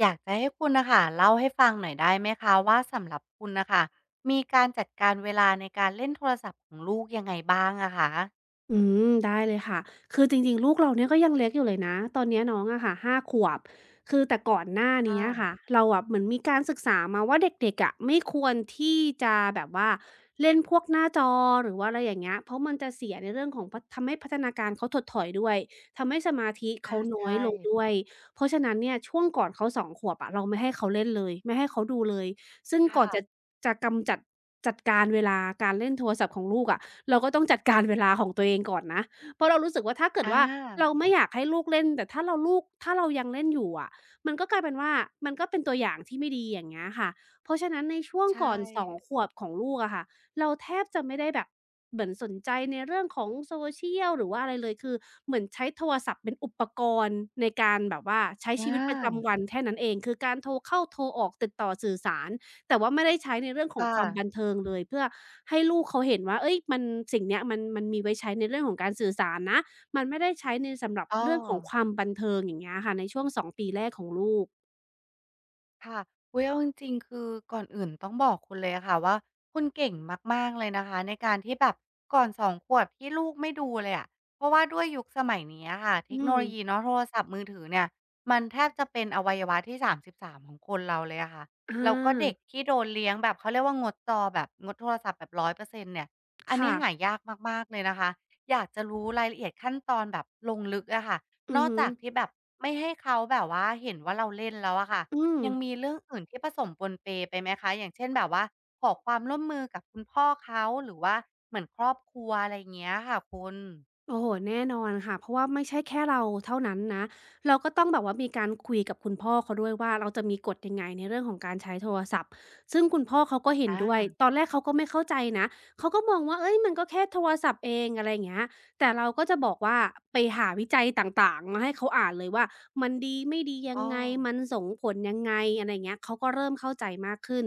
อยากจะให้คุณนะคะเล่าให้ฟังหน่อยได้ไหมคะว่าสำหรับคุณนะคะมีการจัดการเวลาในการเล่นโทรศัพท์ของลูกยังไงบ้างอะคะอืได้เลยค่ะคือจริงๆลูกเราเนี่ยก็ยังเล็กอยู่เลยนะตอนเนี้ยน้องอะค่ะ5ขวบคือแต่ก่อนหน้านี้อะค่ะค่ะเราอะเหมือนมีการศึกษามาว่าเด็กๆอะไม่ควรที่จะแบบว่าเล่นพวกหน้าจอหรือว่าอะไรอย่างเงี้ยเพราะมันจะเสียในเรื่องของทำให้พัฒนาการเขาถดถอยด้วยทำให้สมาธิอาเขาน้อใช่ยลงด้วยเพราะฉะนั้นเนี่ยช่วงก่อนเขา2ขวบอะเราไม่ให้เขาเล่นเลยไม่ให้เขาดูเลยซึ่งก่อนจะค่ะจะกำจัดจัดการเวลาการเล่นโทรศัพท์ของลูกอะ เราก็ต้องจัดการเวลาของตัวเองก่อนนะเพราะเรารู้สึกว่าถ้าเกิดอว่าาเราไม่อยากให้ลูกเล่น แต่ถ้าเราลูกถ้าเรายังเล่นอยู่อะมันก็กลายเป็นว่ามันก็เป็นตัวอย่างที่ไม่ดีอย่างเงี้ยค่ะเพราะฉะนั้นในช่วงใชก่อน2่ขวบของลูกอะค่ะเราแทบจะไม่ได้แบบเหมือนสนใจในเรื่องของ Social หรือว่าอะไรเลยคือเหมือนใช้โทรศัพท์เป็นอุปกรณ์ในการแบบว่าใช้อชีวิตประาจำวันแค่นั้นเองคือการโทรเข้าโทรออกติดต่อสื่อสาร แต่ว่าไม่ได้ใช้ในเรื่องขคองความบัน่ะเทิงเลยเพื่อให้ลูกเขาเห็นว่าเฮ้ยมันสิ่งเนี้ยมันมีไว้ใช้ในเรื่องของการสื่อสารนะมันไม่ได้ใช้ในสำหรับอ้อ เรื่องของความบันเทิงอย่างเงี้ยค่ะในช่วง2ปีแรกของลูกค่ะอุ๊ยเอาจริงๆคือก่อนอื่นต้องบอกคุณเลยอะค่ะว่าคุณเก่งมากๆ เลยนะคะในการที่แบบก่อน2ขวบที่ลูกไม่ดูเลยอะ เพราะว่าด้วยยุคสมัยนี้อะค่ะเทคอืโนมโลยีเนาะโทรศัพท์มือถือเนี่ยมันแทบจะเป็นอวัยวะที่33ของคนเราเลยอะค่ะอแล้วก็เด็กาที่โดนเลี้ยงแบบเขาเรียกว่างดจอแบบงดโทรศัพท์แบบร้อยเปอร์เซ็นต์เนี่ยอันนี้ค่ะหายากมากๆเลยนะคะอยากจะรู้รายละเอียดขั้นตอนแบบลงลึกอะค่ะอืนออกฮึจากที่แบบไม่ให้เขาแบบว่าเห็นว่าเราเล่นแล้วอะค่ะ อืม ยังมีเรื่องอื่นที่ผสมปนเปไปไหมคะ อย่างเช่นแบบว่าขอความร่วมมือกับคุณพ่อเขาหรือว่าเหมือนครอบครัวอะไรอย่างเงี้ยค่ะคุณโอ้โฮแน่นอนค่ะเพราะว่าไม่ใช่แค่เราเท่านั้นนะเราก็ต้องแบบว่ามีการคุยกับคุณพ่อเขาด้วยว่าเราจะมีกฎยังไงในเรื่องของการใช้โทรศัพท์ซึ่งคุณพ่อเขาก็เห็นอาด้วยตอนแรกเขาก็ไม่เข้าใจนะเขาก็มองว่าเฮ้ยมันก็แค่โทรศัพท์เองอะไรอย่างเงี้ยแต่เราก็จะบอกว่าไปหาวิจัยต่างๆมาให้เขาอ่านเลยว่ามันดีไม่ดียัอ้งอไงมันส่งผลยังไงอะไรอย่างเงี้ยเขาก็เริ่มเข้าใจมากขึ้น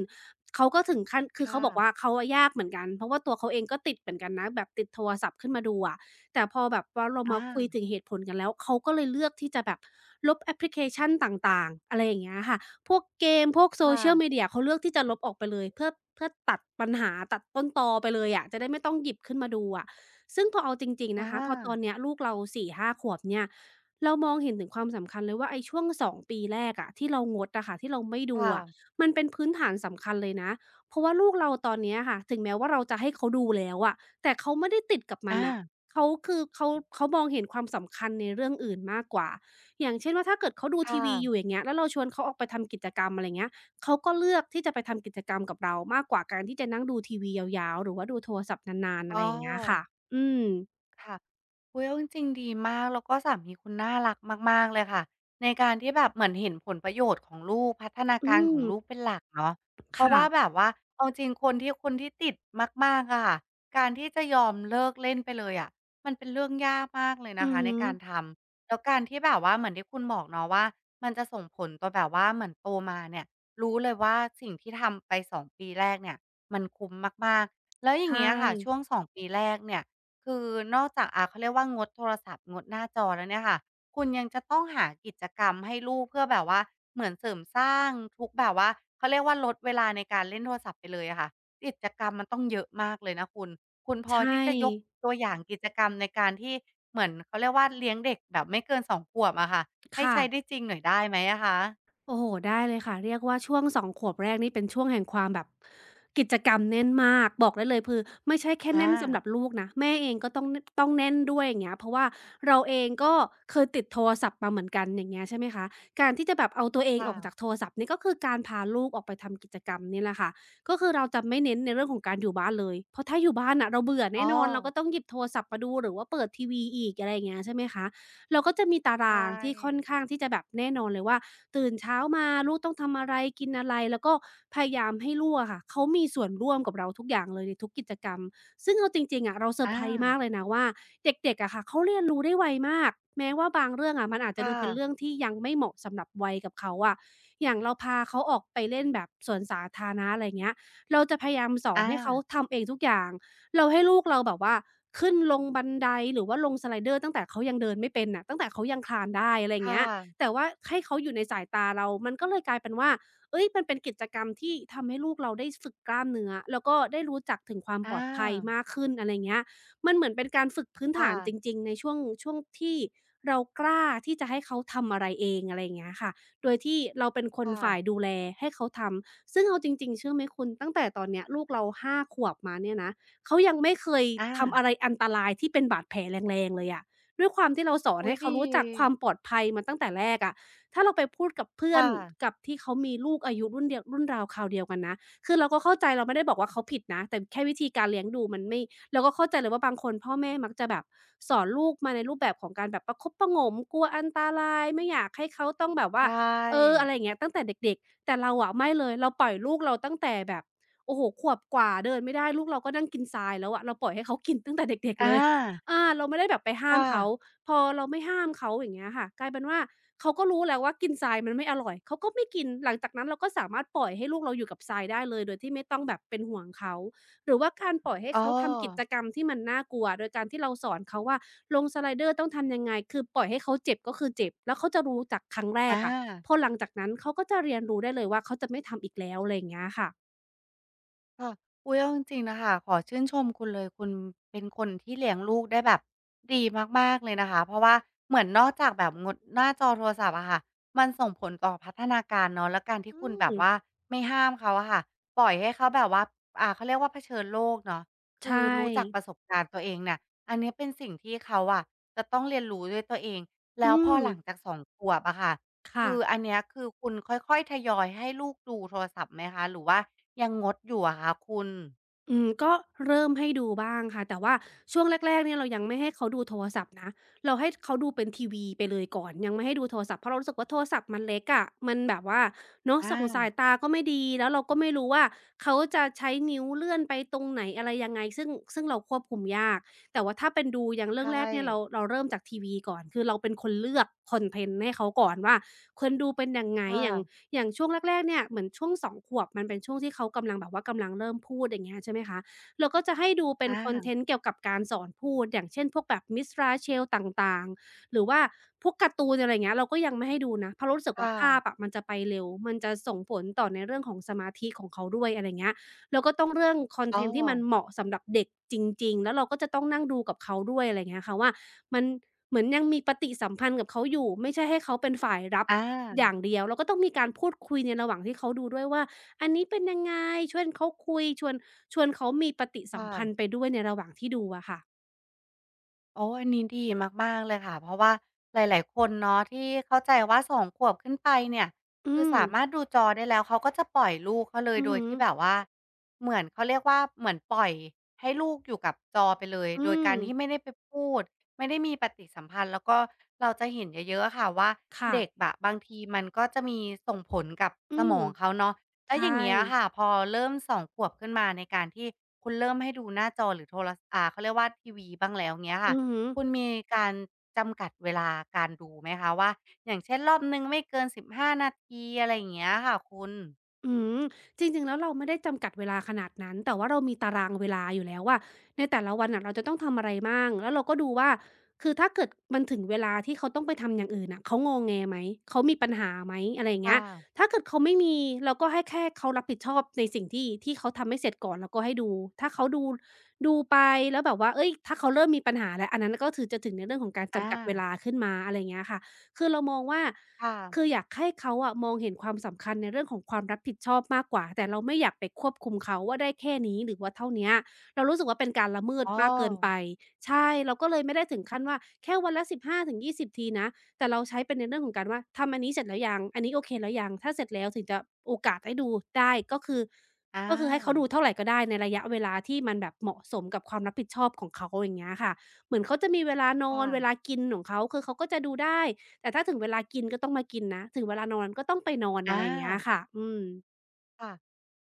เขาก็ถึงขั้นคคือเขาบอกว่า่ะเขาอะยากเหมือนกันเพราะว่าตัวเขาเองก็ติดเหมือนกันนะแบบติดโทรศัพท์ขึ้นมาดูอะ แต่พอแบบว่าเรามาอาคุยถึงเหตุผลกันแล้วเขาก็เลยเลือกที่จะแบบลบแอปพลิเคชันต่างๆอะไรอย่างเงี้ยค่ะพวกเกมพวก ค่ะ Social Media เขาเลือกที่จะลบออกไปเลยเพื่อตัดปัญหาตัดต้นตอไปเลยอะจะได้ไม่ต้องหยิบขึ้นมาดูอะซึ่งพอเอาจริงๆนะอาคะพอตอนเนี้ยลูกเรา4-5ขวบเนี่ยเรามองเห็นถึงความสำคัญเลยว่าไอ้ช่วง2ปีแรกอะที่เรางดอะค่ะที่เราไม่ดูค่ะอะมันเป็นพื้นฐานสำคัญเลยนะเพราะว่าลูกเราตอนเนี้ยค่ะถึงแม้ว่าเราจะให้เขาดูแล้วอะแต่เขาไม่ได้ติดกับมันอาน่ะ เขาคือเขามองเห็นความสำคัญในเรื่องอื่นมากกว่าอย่างเช่นว่าถ้าเกิดเขาดูค่ะทีวีอยู่อย่างเงี้ยแล้วเราชวนเขาออกไปทำกิจกรรมอะไรเงี้ยเขาก็เลือกที่จะไปทำกิจกรรมกับเรามากกว่าการที่จะนั่งดูทีวียาวๆหรือว่าดูโทรศัพท์นานๆอะอ้อ ไรอย่างเงี้ยค่ะอืมค่ะอุ๊ยเอาจริงๆดีมาก แล้วก็สามีคุณน่ารักมากๆ เลยค่ะ ในการที่แบบ เหมือนเห็นผลประโยชน์ของลูกพัฒนาอืการขมองลูกเป็นหลักเนาะเพราะว่าแบค่ะบว่าเอาจริงคนที่ติดมากๆอะค่ะการที่จะยอมเลิกเล่นไปเลยอะมันเป็นเรื่องยากมากเลยอืนะอคะในฮึการทำแล้วการที่แบบว่าเหมือนที่คุณบอกเนาะว่ามันจะส่งผลต่อแบบว่าเหมือนโตมาเนี่ย รู้เลยว่าสิ่งที่ทำไปสองปีแรกเนี่ยมันคุ้มมากๆแล้วอย่างใช่เงี้ยค่ะช่วงสองปีแรกเนี่ย คือนอกจากเขาเรียกว่างดโทรศัพท์งดหน้าจอแล้วเนี่ยค่ะคุณยังจะต้องหากิจกรรมให้ลูกเพื่อแบบว่าเหมือนเสริมสร้างทุกแบบว่าเขาเรียกว่าลดเวลาในการเล่นโทรศัพท์ไปเลยอะค่ะกิจกรรมมันต้องเยอะมากเลยนะคุณคุณพใชอที่่จะยกตัวอย่างกิจกรรมในการที่เหมือนเขาเรียกว่าเลี้ยงเด็กแบบไม่เกินสองขวบอะค่ะให้ใช้ได้ค่ะ จริงหน่อยได้ไหมอะคะโอ้โฮได้เลยค่ะ เรียกว่าช่วงสองขวบแรกนี่เป็นช่วงแห่งความแบบกิจกรรมแน่นมาก บอกได้เลยไม่ใช่แค่อาแน่นสำหรับลูกนะแม่เองก็ต้องต้องแน่นด้วยอย่างเงี้ยเพราะว่าเราเองก็เคยติดโทรศัพท์มาเหมือนกันอย่างเงี้ยใช่ไหมคะการที่จะแบบเอาตัวเองอค่ะอกจากโทรศัพท์นี่ก็คือการพาลูกออกไปทำกิจกรรมนี่แหละค่ะก็คือเราจะไม่เน้นในเรื่องของการอยู่บ้านเลยเพราะถ้าอยู่บ้านน่ะเราเบื่ออ๋แน่อนอนเราก็ต้องหยิบโทรศัพท์มาดูหรือว่าเปิดทีวีอีกอะไรอย่างเงี้ยใช่ไหมคะ เราก็จะมีตาใชรางที่ค่อน่ข้างที่จะแบบแน่นอนเลยว่าตื่นเช้ามาลูกต้องทำอะไรกินอะไรแล้วก็พยายามให้ลูกอะค่ะเขามีส่วนร่วมกับเราทุกอย่างเลยในทุกกิจกรรมซึ่งเอาจริงๆอะเราเซอร์อาไพรส์มากเลยนะว่าเด็กๆอะค่ะเขาเรียนรู้ได้ไวมากแม้ว่าบางเรื่องอะมันอาจจะดูเป็นเรื่ค่ะองที่ยังไม่เหมาะสำหรับวัยกับเขาอะอย่างเราพาเขาออกไปเล่นแบบสวนสาธารณะอะไรเงี้ยเราจะพยายามสอนอาให้เขาทำเองทุกอย่าง เราให้ลูกเราแบบว่าขึ้นลงบันไดหรือว่าลงสไลเดอร์ตั้งแต่เขายังเดินไม่เป็นน่ะตั้งแต่เขายังคลานได้อะไรอย่างเงี้ค่ะยแต่ว่าให้เขาอยู่ในสายตาเรามันก็เลยกลายเป็นว่าเฮ้ยมันเป็นกิจกรรมที่ทำให้ลูกเราได้ฝึกกล้ามเนื้อแล้วก็ได้รู้จักถึงความอปลอดภัยามากขึ้นอะไรอย่างเงี้ยมันเหมือนเป็นการฝึกพื้นฐาค่ะนจริงๆในช่วงที่เรากล้าที่จะให้เขาทำอะไรเองอะไรอย่างเงี้ยค่ะโดยที่เราเป็นคนค่ะ ฝ่ายดูแลให้เขาทำซึ่งเอาจริงๆเชื่อไหมคุณตั้งแต่ตอนเนี้ยลูกเราห้าขวบมาเนี่ยนะ เขายังไม่เคยอาทำอะไรอันตรายที่เป็นบาดแผลแรงๆเลยอะด้วยความที่เราสอนอุ๊ยให้เขาดีรู้จักความปลอดภัยมาตั้งแต่แรกอะถ้าเราไปพูดกับเพื่คอน่ะกับที่เขามีลูกอายุรุ่นเดียวรุ่นราวคราวเดียวกันนะคือเราก็เข้าใจเราไม่ได้บอกว่าเขาผิดนะแต่แค่วิธีการเลี้ยงดูมันไม่เราก็เข้าใจเลยว่าบางคนพ่อแม่มักจะแบบสอนลูกมาในรูปแบบของการแบบประคบประหงมกลัวอันตรายไม่อยากให้เขาต้องแบบว่าใช่เอออะไรอย่างเงี้ยตั้งแต่เด็กๆแต่เราอะไม่เลยเราปล่อยลูกเราตั้งแต่แบบ โอ้โฮขวบกว่าเดินไม่ได้ลูกเราก็นั่งกินทรายแล้วอะเราปล่อยให้เขากินตั้งแต่เด็กๆเลอาย อาเราไม่ได้แบบไปห้ามค่ะเขาพอเราไม่ห้ามเขาอย่างเงี้ยค่ะกลายเป็นว่าเขาก็รู้แล้วว่ากินทรายมันไม่อร่อยเขาก็ไม่กินหลังจากนั้นเราก็สามารถปล่อยให้ลูกเราอยู่กับทรายได้เลยโดยที่ไม่ต้องแบบเป็นห่วงเขาหรือว่าการปล่อยให้อ๋อเขาทำกิจกรรมที่มันน่ากลัวโดยการที่เราสอนเขาว่าลงสไลเดอร์ต้องทำยังไงคือปล่อยให้เขาเจ็บก็คือเจ็บแล้วเขาจะรู้จากครั้งแรอกอะา พอหลังจากนั้นเขาก็จะเรียนรู้ได้เลยว่าเขาจะไม่ทำอีกแล้วอะไรอย่างเงี้ยค่ะค่ะอุ๊ยเอาจริงๆน่ะค่ะขอชื่นชมคุณเลย คุณเป็นคนที่เลี้ยงลูกได้แบบดีมากๆ เลยนะคะ เพราะว่าเหมือนนอกจากแบบงดหน้าจอโทรศัพท์อะค่ะ มันส่งผลต่อพัฒนาการเนาะ แล้วการที่อืคุณแบบม ว่าไม่ห้ามเขาอะค่ะ ปล่อยให้เขาแบบว่าเขาเรียกว่าเผชิญโลกเนาะคือใช่ รู้จักประสบการณ์ตัวเองเนี่ยอันเนี้ยเป็นสิ่งที่เขาอะจะต้องเรียนรู้ด้วยตัวเองแล้อืวพอม หลังจากสองขวบอะค่ะ ค่ะ คืออันเนี้ยคือคุณค่อยๆทยอยให้ลูกดูโทรศัพท์ไหมคะหรือว่ายังงดอยู่อะคะคุณอืม ก็เริ่มให้ดูบ้างค่ะแต่ว่าช่วงแรกๆเนี่ยเรายังไม่ให้เขาดูโทรศัพท์นะ เราให้เขาดูเป็นทีวีไปเลยก่อนยังไม่ให้ดูโทรศัพท์เพราะเรารู้สึกว่าโทรศัพท์มันเล็กอะมันแบบว่าเนาะอาส่องสายตาก็ไม่ดีแล้วเราก็ไม่รู้ว่าเขาจะใช้นิ้วเลื่อนไปตรงไหนอะไรยังไงซึ่งเราควบคุมยากแต่ว่าถ้าเป็นดูอย่างเรื่อใช่งแรกเนี่ยเราเริ่มจากทีวีก่อน คือเราเป็นคนเลือกคอนเทนต์ให้เขาก่อนว่าควรดูเป็นยังไงค่ะอย่าง อย่างช่วงแรกๆเนี่ยเหมือนช่วงสองขวบมันเป็นช่วงที่เขากำลังแบบว่ากำลังเริ่มพูดอย่างเงี้ยใช่ไหมคะเราก็จะให้ดูเป็นอาคอนเทนต์เกี่ยวกับการสอนพูดอย่างเช่นพวกแบบ Miss Rachel ต่างๆ หรือว่าพวกการ์ตูนอะไรอย่างเงี้ยเราก็ยังไม่ให้ดูนะเพราะเรารู้สึกว่าค่ะภาพอะมันจะไปเร็วมันจะส่งผลต่อในเรื่องของสมาธิของเขาด้วยอะไรอย่างเงี้ยเราก็ต้องเรื่องคอนอ๋อเทนต์ที่มันเหมาะสำหรับเด็กจริงๆแล้วเราก็จะต้องนั่งดูกับเขาด้วยอะไรอย่างเงี้ยค่ะว่ามัน เหมือนยังมีปฏิสัมพันธ์กับเขาอยู่ไม่ใช่ให้เขาเป็นฝ่ายรับออาย่างเดียวเราก็ต้องมีการพูดคุยในระหว่างที่เขาดูด้วยว่าอันนี้เป็นยังไงชวนเขาคุยชวนเขามีปฏิสัมพันธ์ค่ะ ไปด้วยในระหว่างที่ดูอะค่ะโอ้อันนี้ดีมากๆเลยค่ะ เพราะว่าหลายๆคนเนาะที่เข้าใจว่าสองขวบขึ้นไปเนี่ยอืคือมสามารถดูจอได้แล้วเขาก็จะปล่อยลูกเขาเลยอือโดยฮึที่แบบว่าเหมือนเขาเรียกว่าเหมือนปล่อยให้ลูกอยู่กับจอไปเลยอืโดยมการที่ไม่ได้ไปพูดไม่ได้มีปฏิสัมพันธ์แล้วก็เราจะเห็นเยอะๆอะค่ะว่าเด็กค่ะอะบางทีมันก็จะมีส่งผลกับอืสมมองเขาเนาะแล้วอใช่ย่างเงี้ยค่ะพอเริ่มสองขวบขึ้นมาในการที่คุณเริ่มให้ดูหน้าจอหรือโทรสเขาเรียกว่าทีวีบ้างแล้วเงี้ยอืค่ะ อฮึ คุณมีการจำกัดเวลาการดูไหมคะว่าอย่างเช่นรอบหนึ่งไม่เกินสิบห้านาทีอะไรอย่างเงี้ยค่ะคุณอืมจริงๆแล้วเราไม่ได้จำกัดเวลาขนาดนั้นแต่ว่าเรามีตารางเวลาอยู่แล้วว่าในแต่ละวันน่ะเราจะต้องทำอะไรบ้างแล้วเราก็ดูว่าคือถ้าเกิดมันถึงเวลาที่เขาต้องไปทำอย่างอื่นน่ะเขางอแงไหมเขามีปัญหาไหมอะไรอย่าคงเงี้ย่ะถ้าเกิดเขาไม่มีเราก็ให้แค่เขารับผิดชอบในสิ่งที่เขาทำไม่เสร็จก่อนเราก็ให้ดูถ้าเขาดูดูไปแล้วแบบว่าเฮ้ยถ้าเขาเริ่มมีปัญหาแล้วอันนั้นก็คือจะถึงในเรื่องของการอาจำกัดเวลาขึ้นมาอะไรอย่างเงี้ยค่ะคือเรามองว่า ค่ะคืออยากให้เขาอะมองเห็นความสำคัญในเรื่องของความรับผิดชอบมากกว่าแต่เราไม่อยากไปควบคุมเขาว่าได้แค่นี้หรือว่าเท่าเนี้ยเรารู้สึกว่าเป็นการละเมิดอ๋อมากเกินไปใช่เราก็เลยไม่ได้ถึงขั้นว่าแค่วันละสิบห้าถึงยี่สิบทีนะแต่เราใช้เป็นในเรื่องของการว่าทำอันนี้เสร็จแล้วยังอันนี้โอเคแล้วยังถ้าเสร็จแล้วถึงจะโอกาสให้ดูได้ก็คืออาก็คือให้เขาดูเท่าไรก็ได้ในระยะเวลาที่มันแบบเหมาะสมกับความรับผิดชอบของเขาอย่างเงี้ยค่ะเหมือนเขาจะมีเวลานอนเวลาค่ะกินของเขาคือเขาก็จะดูได้ แต่ถ้าถึงเวลากินก็ต้องมากินนะถึงเวลานอนก็ต้องไปนอนอะอา ไรอย่างเงี้ยค่ะ อืม ค่ะ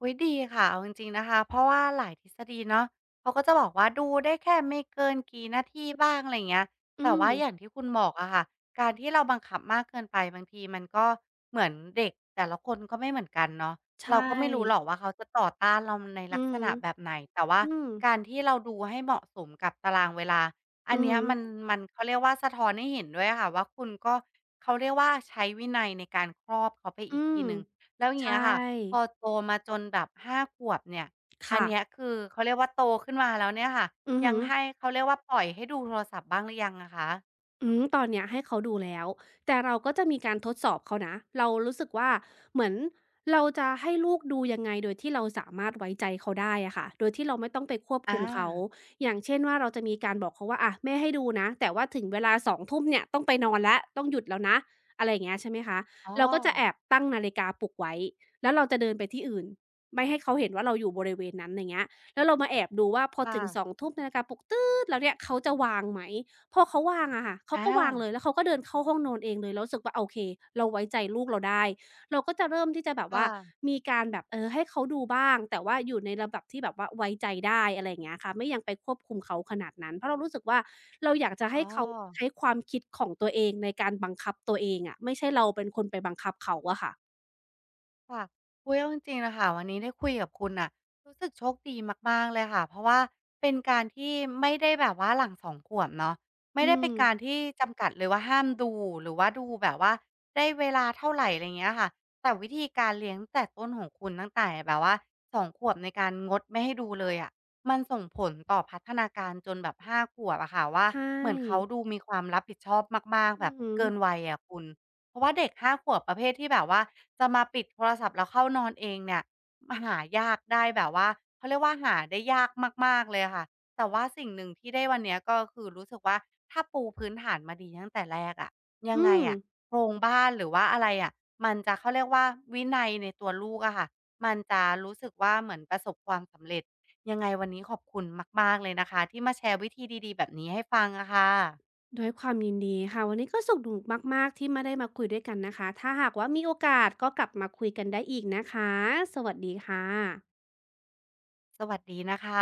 อุ๊ยดีค่ะเอาจริงๆนะคะเพราะว่าหลายทฤษฎีเนาะเขาก็จะบอกว่าดูได้แค่ไม่เกินกี่นาทีบ้างอะไรอย่างเงี้ยอืแต่ม ว่าอย่างที่คุณบอกอะค่ะการที่เราบังคับมากเกินไปบางทีมันก็เหมือนเด็กแต่ละคนก็ไม่เหมือนกันเนาะใช่ เราก็ไม่รู้หรอกว่าเขาจะต่อต้านเราในอืลักษม ณะแบบไหนแต่ว่าอืม การที่เราดูให้เหมาะสมกับตารางเวลาอัอืนอเนี้ฮึยมันเขาเรียกว่าสะท้อนให้เห็นด้วยอะค่ะว่าคุณก็เขาเรียกว่าใช้วินัยในการครอบเขาไปอือีกทีมหนึ่ง แล้วอย่าใชงเงี้ยค่ะพอ่ โตมาจนแบบ5ขวบเนี่ยอันค่ะ เนี้ยคือเขาเรียกว่าโตขึ้นมาแล้วเนี่ยค่ะอือยัฮึ งให้เขาเรียกว่าปล่อยให้ดูโทรศัพท์บ้างหรือยังอะคะอืมตอนเนี้ยให้เขาดูแล้วแต่เราก็จะมีการทดสอบเขานะเรารู้สึกว่าเหมือนเราจะให้ลูกดูยังไงโดยที่เราสามารถไว้ใจเขาได้อะค่ะโดยที่เราไม่ต้องไปควบคุอามเขาอย่างเช่นว่าเราจะมีการบอกเขาว่าอะแม่ให้ดูนะแต่ว่าถึงเวลา2ทุ่มเนี่ยต้องไปนอนแล้วต้องหยุดแล้วนะอะไรอย่างเงี้ยใช่ไหมคะอ๋อเราก็จะแอบตั้งนาฬิกาปลุกไว้แล้วเราจะเดินไปที่อื่นไม่ให้เขาเห็นว่าเราอยู่บริเวณนั้นอย่างเงี้ยแล้วเรามาแอบดูว่าพอคถึงสอง่ะทุ่มนาฬิกาปลุกแล้วเนี่ยเขาจะวางไหม พอเขาวางอะค่ะ เขาอาก็วางเลย แล้วเขาก็เดินเข้าห้องนอนเองเลยเรารู้สึกว่าโอเคเราไว้ใจลูกเราได้ เราก็จะเริ่มที่จะแบบคว่า ่ะมีการแบบให้เขาดูบ้าง แต่ว่าอยู่ในระดับที่แบบว่าไว้ใจได้อะไรอย่างเงี้ยค่ะไม่ยังไปควบคุมเขาขนาดนั้น เพราะเรารู้สึกว่าเราอยากจะอ๋ให้อ เขาใช้ความคิดของตัวเองในการบังคับตัวเองอะไม่ใช่เราเป็นคนไปบังคับเขาอะค่ะค่ะอุ๊ยเอาจริงๆน่ะค่ะวันนี้ได้คุยกับคุณน่ะรู้สึกโชคดีมากๆ เลยค่ะ เพราะว่าเป็นการที่ไม่ได้แบบว่าหลัง2ขวบเนาะไม่อืได้เป็นมการที่จำกัดเลยว่าห้ามดูหรือว่าดูแบบว่าได้เวลาเท่าไรอะไรเงี้ยค่ะแต่วิธีการเลี้ยงตั้งแต่ต้นของคุณตั้งแต่แบบว่าสองขวบในการงดไม่ให้ดูเลยอะมันส่งผลต่อพัฒนาการจนแบบห้าขวบอะค่ะว่าใชเหมือนเขา่ดูมีความรับผิดชอบมากๆอืแบบอฮึเกินวัยอะคุณ เพราะว่าเด็กห้าขวบประเภทที่แบบว่า จะมาปิดโทรศัพท์แล้วเข้านอนเองเนี่ยมาหายากได้แบบว่าเขาเรียกว่าหาได้ยากมากๆเลยอะค่ะแต่ว่าสิ่งหนึ่งที่ได้วันเนี้ยก็คือรู้สึกว่าถ้าปูพื้นฐานมาดีตั้งแต่แรกอะยังอืไงม อะโครงบ้านหรือว่าอะไรอะมันจะเขาเรียกว่าวินัยในตัวลูกอะค่ะมันจะรู้สึกว่าเหมือนประสบความสำเร็จยังไงวันนี้ขอบคุณมากๆเลยนะคะที่มาแชร์วิธีดีๆแบบนี้ให้ฟังอะค่ะด้วยความยินดีค่ะวันนี้ก็สนุกมากๆที่มาได้มาคุยด้วยกันนะคะถ้าหากว่ามีโอกาสก็กลับมาคุยกันได้อีกนะคะสวัสดีค่ะสวัสดีนะคะ